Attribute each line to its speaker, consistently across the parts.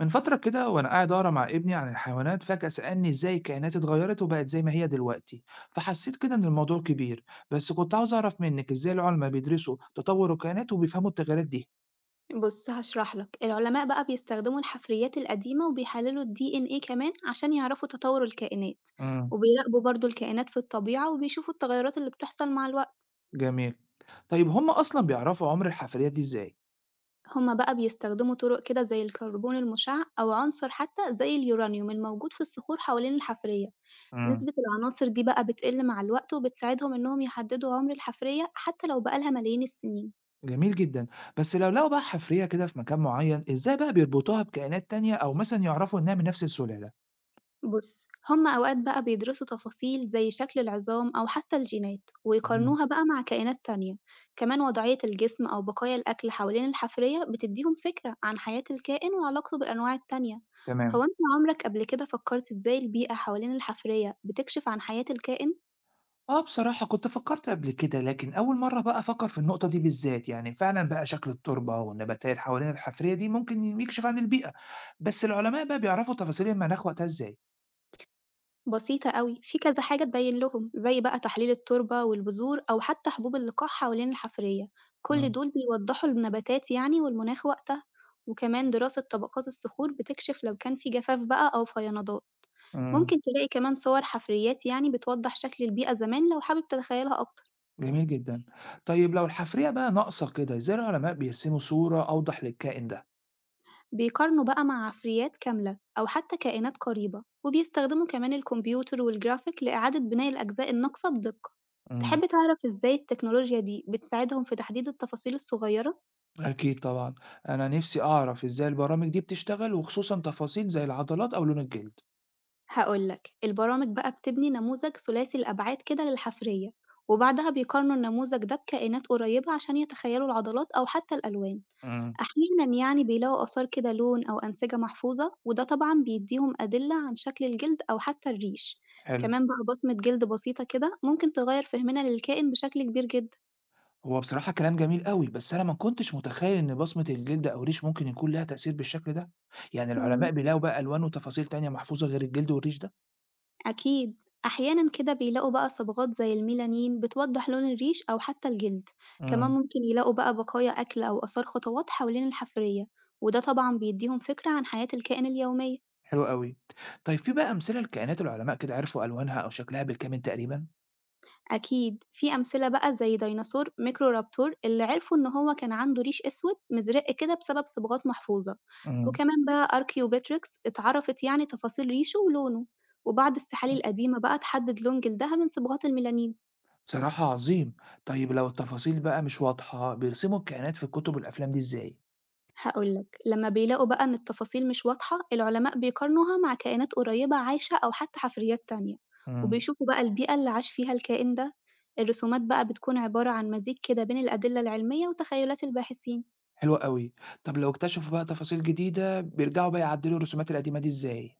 Speaker 1: من فترة كده وأنا قاعد أقرأ مع ابني عن الحيوانات، فجأة سألني إزاي الكائنات اتغيرت وبقت زي ما هي دلوقتي. فحسيت كده إن الموضوع كبير. بس كنت عاوز أعرف منك إزاي العلماء بيدرسوا تطور الكائنات وبيفهموا التغيرات دي.
Speaker 2: بُص، هاشرح لك. العلماء بقى بيستخدموا الحفريات القديمة وبيحللوا الDNA كمان عشان يعرفوا تطور الكائنات.
Speaker 1: امم.
Speaker 2: وبيراقبوا برضه الكائنات في الطبيعة وبيشوفوا التغيرات اللي بتحصل مع الوقت.
Speaker 1: جميل. طيب، هم أصلا بيعرفوا عمر الحفريات دي إزاي؟
Speaker 2: هُم بقى بيستخدموا طرق كده زي الكربون المشع أو عنصر حتى زي اليورانيوم الموجود في الصخور حوالين الحفرية.
Speaker 1: امم.
Speaker 2: نسبة العناصر دي بقى بتقل مع الوقت وبتساعدهم إنهم يحددوا عمر الحفرية حتى لو بقى لها ملايين السنين.
Speaker 1: جميل جدا. بس لو لقوا بقى حفرية كده في مكان معين، إزاي بقى بيربطوها بكائنات تانية أو مثلا يعرفوا إنها من نفس السلالة؟
Speaker 2: بُص، هم أوقات بقى بيدرسوا تفاصيل زي شكل العظام أو حتى الجينات،
Speaker 1: مم.
Speaker 2: ويقارنوها بقى مع كائنات تانية. كمان وضعية الجسم أو بقايا الأكل حوالين الحفرية بتديهم فكرة عن حياة الكائن وعلاقته بالأنواع التانية. هو
Speaker 1: تمام.
Speaker 2: أنت عمرك قبل كده فكرت إزاي البيئة حوالين الحفرية بتكشف عن حياة الكائن؟
Speaker 1: آه، بصراحة كنت فكرت قبل كده، لكن أول مرة بقى أفكر في النقطة دي بالذات. يعني فعلا بقى شكل التربة والنباتات حوالين الحفرية دي ممكن يكشف عن البيئة. بس العلماء بقى بيعرفوا تفاصيل المناخ وقتها إزاي؟
Speaker 2: بسيطة أوي، في كذا حاجة تبين لهم، زي بقى تحليل التربة والبذور أو حتى حبوب اللقاح حوالين الحفرية، كل
Speaker 1: مم.
Speaker 2: دول بيوضحوا النباتات يعني والمناخ وقتها. وكمان دراسة طبقات الصخور بتكشف لو كان في جفاف بقى أو فيضانات.
Speaker 1: مم.
Speaker 2: ممكن تلاقي كمان صور حفريات يعني بتوضح شكل البيئة زمان لو حابب تتخيلها أكتر.
Speaker 1: جميل جدا. طيب، لو الحفرية بقى ناقصة كده، إزاي العلماء بيرسموا صورة أوضح للكائن ده؟
Speaker 2: بيقارنوا بقى مع عفريات كاملة أو حتى كائنات قريبة وبيستخدموا كمان الكمبيوتر والجرافيك لإعادة بناء الأجزاء الناقصة بدقة. تحب
Speaker 1: مم.
Speaker 2: تعرف إزاي التكنولوجيا دي بتساعدهم في تحديد التفاصيل الصغيرة؟
Speaker 1: أكيد طبعا. أنا نفسي أعرف إزاي البرامج دي بتشتغل وخصوصا تفاصيل زي العضلات أو لون الجلد.
Speaker 2: هقولك، البرامج بقى بتبني نموذج ثلاثي الأبعاد كده للحفرية، وبعدها بيقارنوا النموذج ده بكائنات قريبة عشان يتخيلوا العضلات أو حتى الألوان.
Speaker 1: مم.
Speaker 2: أحيانًا يعني بيلاقوا آثار كده لون أو أنسجة محفوظة، وده طبعًا بيديهم أدلة عن شكل الجلد أو حتى الريش.
Speaker 1: حلو.
Speaker 2: كمان بقى بصمة جلد بسيطة كده ممكن تغير فهمنا للكائن بشكل كبير جدًا.
Speaker 1: هو بصراحة كلام جميل قوي، بس أنا ما كنتش متخيل إن بصمة الجلد أو الريش ممكن يكون لها تأثير بالشكل ده. يعني العلماء
Speaker 2: إمم،
Speaker 1: بيلاقوا بقى ألوان وتفاصيل تانية محفوظة غير الجلد والريش ده؟
Speaker 2: أكيد. أحيانًا كده بيلاقوا بقى صبغات زي الميلانين بتوضح لون الريش أو حتى الجلد. كمان
Speaker 1: امم.
Speaker 2: ممكن يلاقوا بقى بقايا أكل أو آثار خطوات حوالين الحفرية، وده طبعًا بيديهم فكرة عن حياة الكائن اليومية.
Speaker 1: حلو قوي. طيب، في بقى أمثلة لكائنات العلماء كده عرفوا ألوانها أو شكلها بالكامل تقريبا؟
Speaker 2: أكيد، في أمثلة بقى زي ديناصور ميكرورابتور اللي عرفوا إن هو كان عنده ريش أسود مزرق كده بسبب صبغات محفوظة.
Speaker 1: امم.
Speaker 2: وكمان بقى أركيوبيتريكس اتعرفت يعني تفاصيل ريشه ولونه، وبعض السحالي القديمة بقى اتحدد لون جلدها من صبغات الميلانين.
Speaker 1: صراحة عظيم. طيب، لو التفاصيل بقى مش واضحة، بيرسموا الكائنات في الكتب والأفلام دي إزاي؟
Speaker 2: هقولك، لما بيلاقوا بقى إن التفاصيل مش واضحة، العلماء بيقارنوها مع كائنات قريبة عايشة أو حتى حفريات تانية،
Speaker 1: امم.
Speaker 2: وبيشوفوا بقى البيئة اللي عاش فيها الكائن ده. الرسومات بقى بتكون عبارة عن مزيج كده بين الأدلة العلمية وتخيلات الباحثين.
Speaker 1: حلو قوي. طب لو اكتشفوا بقى تفاصيل جديدة، بيرجعوا بقى يعدلوا الرسومات القديمة دي إزاي؟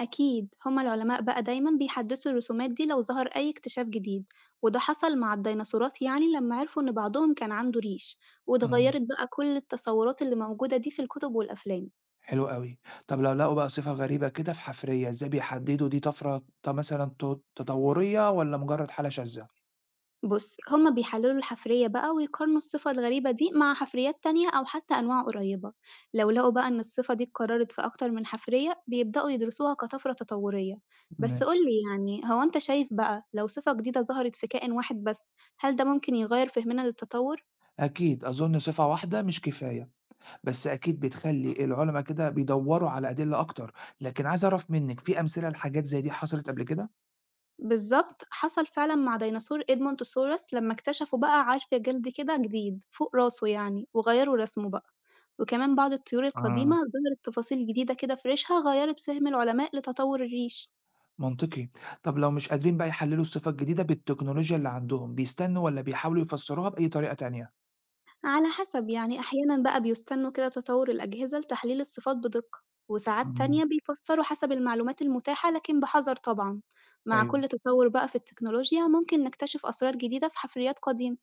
Speaker 2: أكيد، هُم العلماء بقى دايمًا بيحدّثوا الرسومات دي لو ظهر أي اكتشاف جديد، وده حصل مع الديناصورات يعني لمّا عرفوا إن بعضهم كان عنده ريش، واتغيّرت بقى كل التصورات اللي موجودة دي في الكتب والأفلام.
Speaker 1: حلو أوي. طب لو لقوا بقى صفة غريبة كده في حفرية، إزاي بيحددوا دي طفرة مثلًا تطورية والّا مجرد حالة شاذة؟
Speaker 2: بُص، هُم بيحلّلوا الحفرية بقى ويقارنوا الصفة الغريبة دي مع حفريات تانية أو حتى أنواع قريّبة. لو لقوا بقى إن الصفة دي اتكرّرت في أكتر من حفرية، بيبدؤوا يدرسوها كطفرة تطوّرية. بس قُل
Speaker 1: ماشي.
Speaker 2: لي يعني، هو أنت شايف بقى لو صفة جديدة ظهرت في كائن واحد بس، هل ده ممكن يغيّر فهمنا للتطوّر؟
Speaker 1: أكيد، أظن صفة واحدة مش كفاية، بس أكيد بتخلّي العلما كده بيدوّروا على أدلة أكتر، لكن عايز أعرف منِّك في أمثلة لحاجات زي دي حصلت قبل كده؟
Speaker 2: بالضبط، حصل فعلًا مع ديناصور Edmontosaurus لمّا اكتشفوا بقى عَرْف جلد كده جديد فوق راسه يعني، وغيّروا رسمه بقى. وكمان بعض الطيور القديمة
Speaker 1: آه.
Speaker 2: ظهرت تفاصيل جديدة كده في ريشها غيّرت فهم العلماء لتطوّر الريش.
Speaker 1: منطقي. طب لو مش قادرين بقى يحللوا الصفة الجديدة بالتكنولوجيا اللي عندهم، بيستنوا والّا بيحاولوا يفسروها بأي طريقة تانية؟
Speaker 2: على حسب يعني، أحيانًا بقى بيستنوا كده تطوّر الأجهزة لتحليل الصفات بدقة، وساعات
Speaker 1: إمم،
Speaker 2: تانية بيفسّروا حسب المعلومات المتاحة لكن بحذر طبعًا. مع
Speaker 1: أيوه.
Speaker 2: كل تطوّر بقى في التكنولوجيا ممكن نكتشف أسرار جديدة في حفريات قديمة.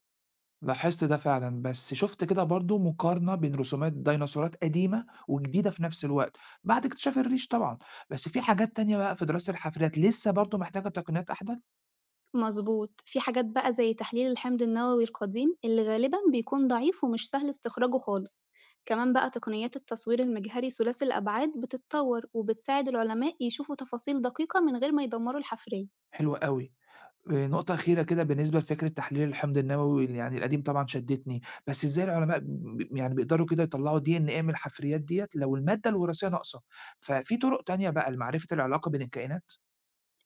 Speaker 1: لاحظت ده فعلًا، بس شُفت كده برضه مقارنة بين رسومات ديناصورات قديمة وجديدة في نفس الوقت، بعد اكتشاف الريش طبعًا، بس في حاجات تانية بقى في دراسة الحفريات لسه برضه محتاجة تقنيات أحدث؟
Speaker 2: مضبوط، في حاجات بقى زي تحليل الحمض النووي القديم اللي غالبًا بيكون ضعيف ومش سهل استخراجه خالص. كمان بقى تقنيات التصوير المجهري ثلاثي الأبعاد بتتطور وبتساعد العلماء يشوفوا تفاصيل دقيقة من غير ما يدمروا الحفرية.
Speaker 1: حلو أوي. نقطة أخيرة كده بالنسبة لفكرة تحليل الحمض النووي يعني القديم طبعًا شدّتني، بس إزاي العلماء يعني بيقدروا كده يطلّعوا DNA من الحفريات ديّة لو المادة الوراثية ناقصة؟ ففي طرق تانية بقى لمعرفة العلاقة بين الكائنات؟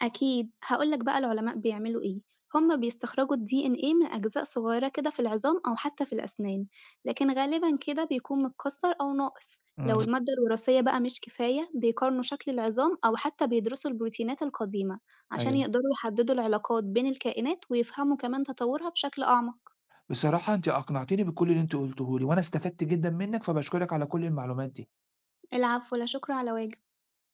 Speaker 2: أكيد، هاقول لك بقى العلماء بيعملوا إيه. هم بيستخرجوا الDNA من أجزاء صغيرة كده في العظام أو حتى في الأسنان، لكن غالبًا كده بيكون متكسر أو ناقص. لو
Speaker 1: إمم،
Speaker 2: المادة الوراثية بقى مش كفاية، بيقارنوا شكل العظام أو حتى بيدرسوا البروتينات القديمة عشان
Speaker 1: أيوه.
Speaker 2: يقدروا يحددوا العلاقات بين الكائنات ويفهموا كمان تطورها بشكل أعمق.
Speaker 1: بصراحة أنتِ أقنعتيني بكل اللي أنتِ قُلتيه لي، وأنا استفدت جدًا منِّك، فباشكرِك على كل المعلومات دي.
Speaker 2: العفو، لا شكر على واجب.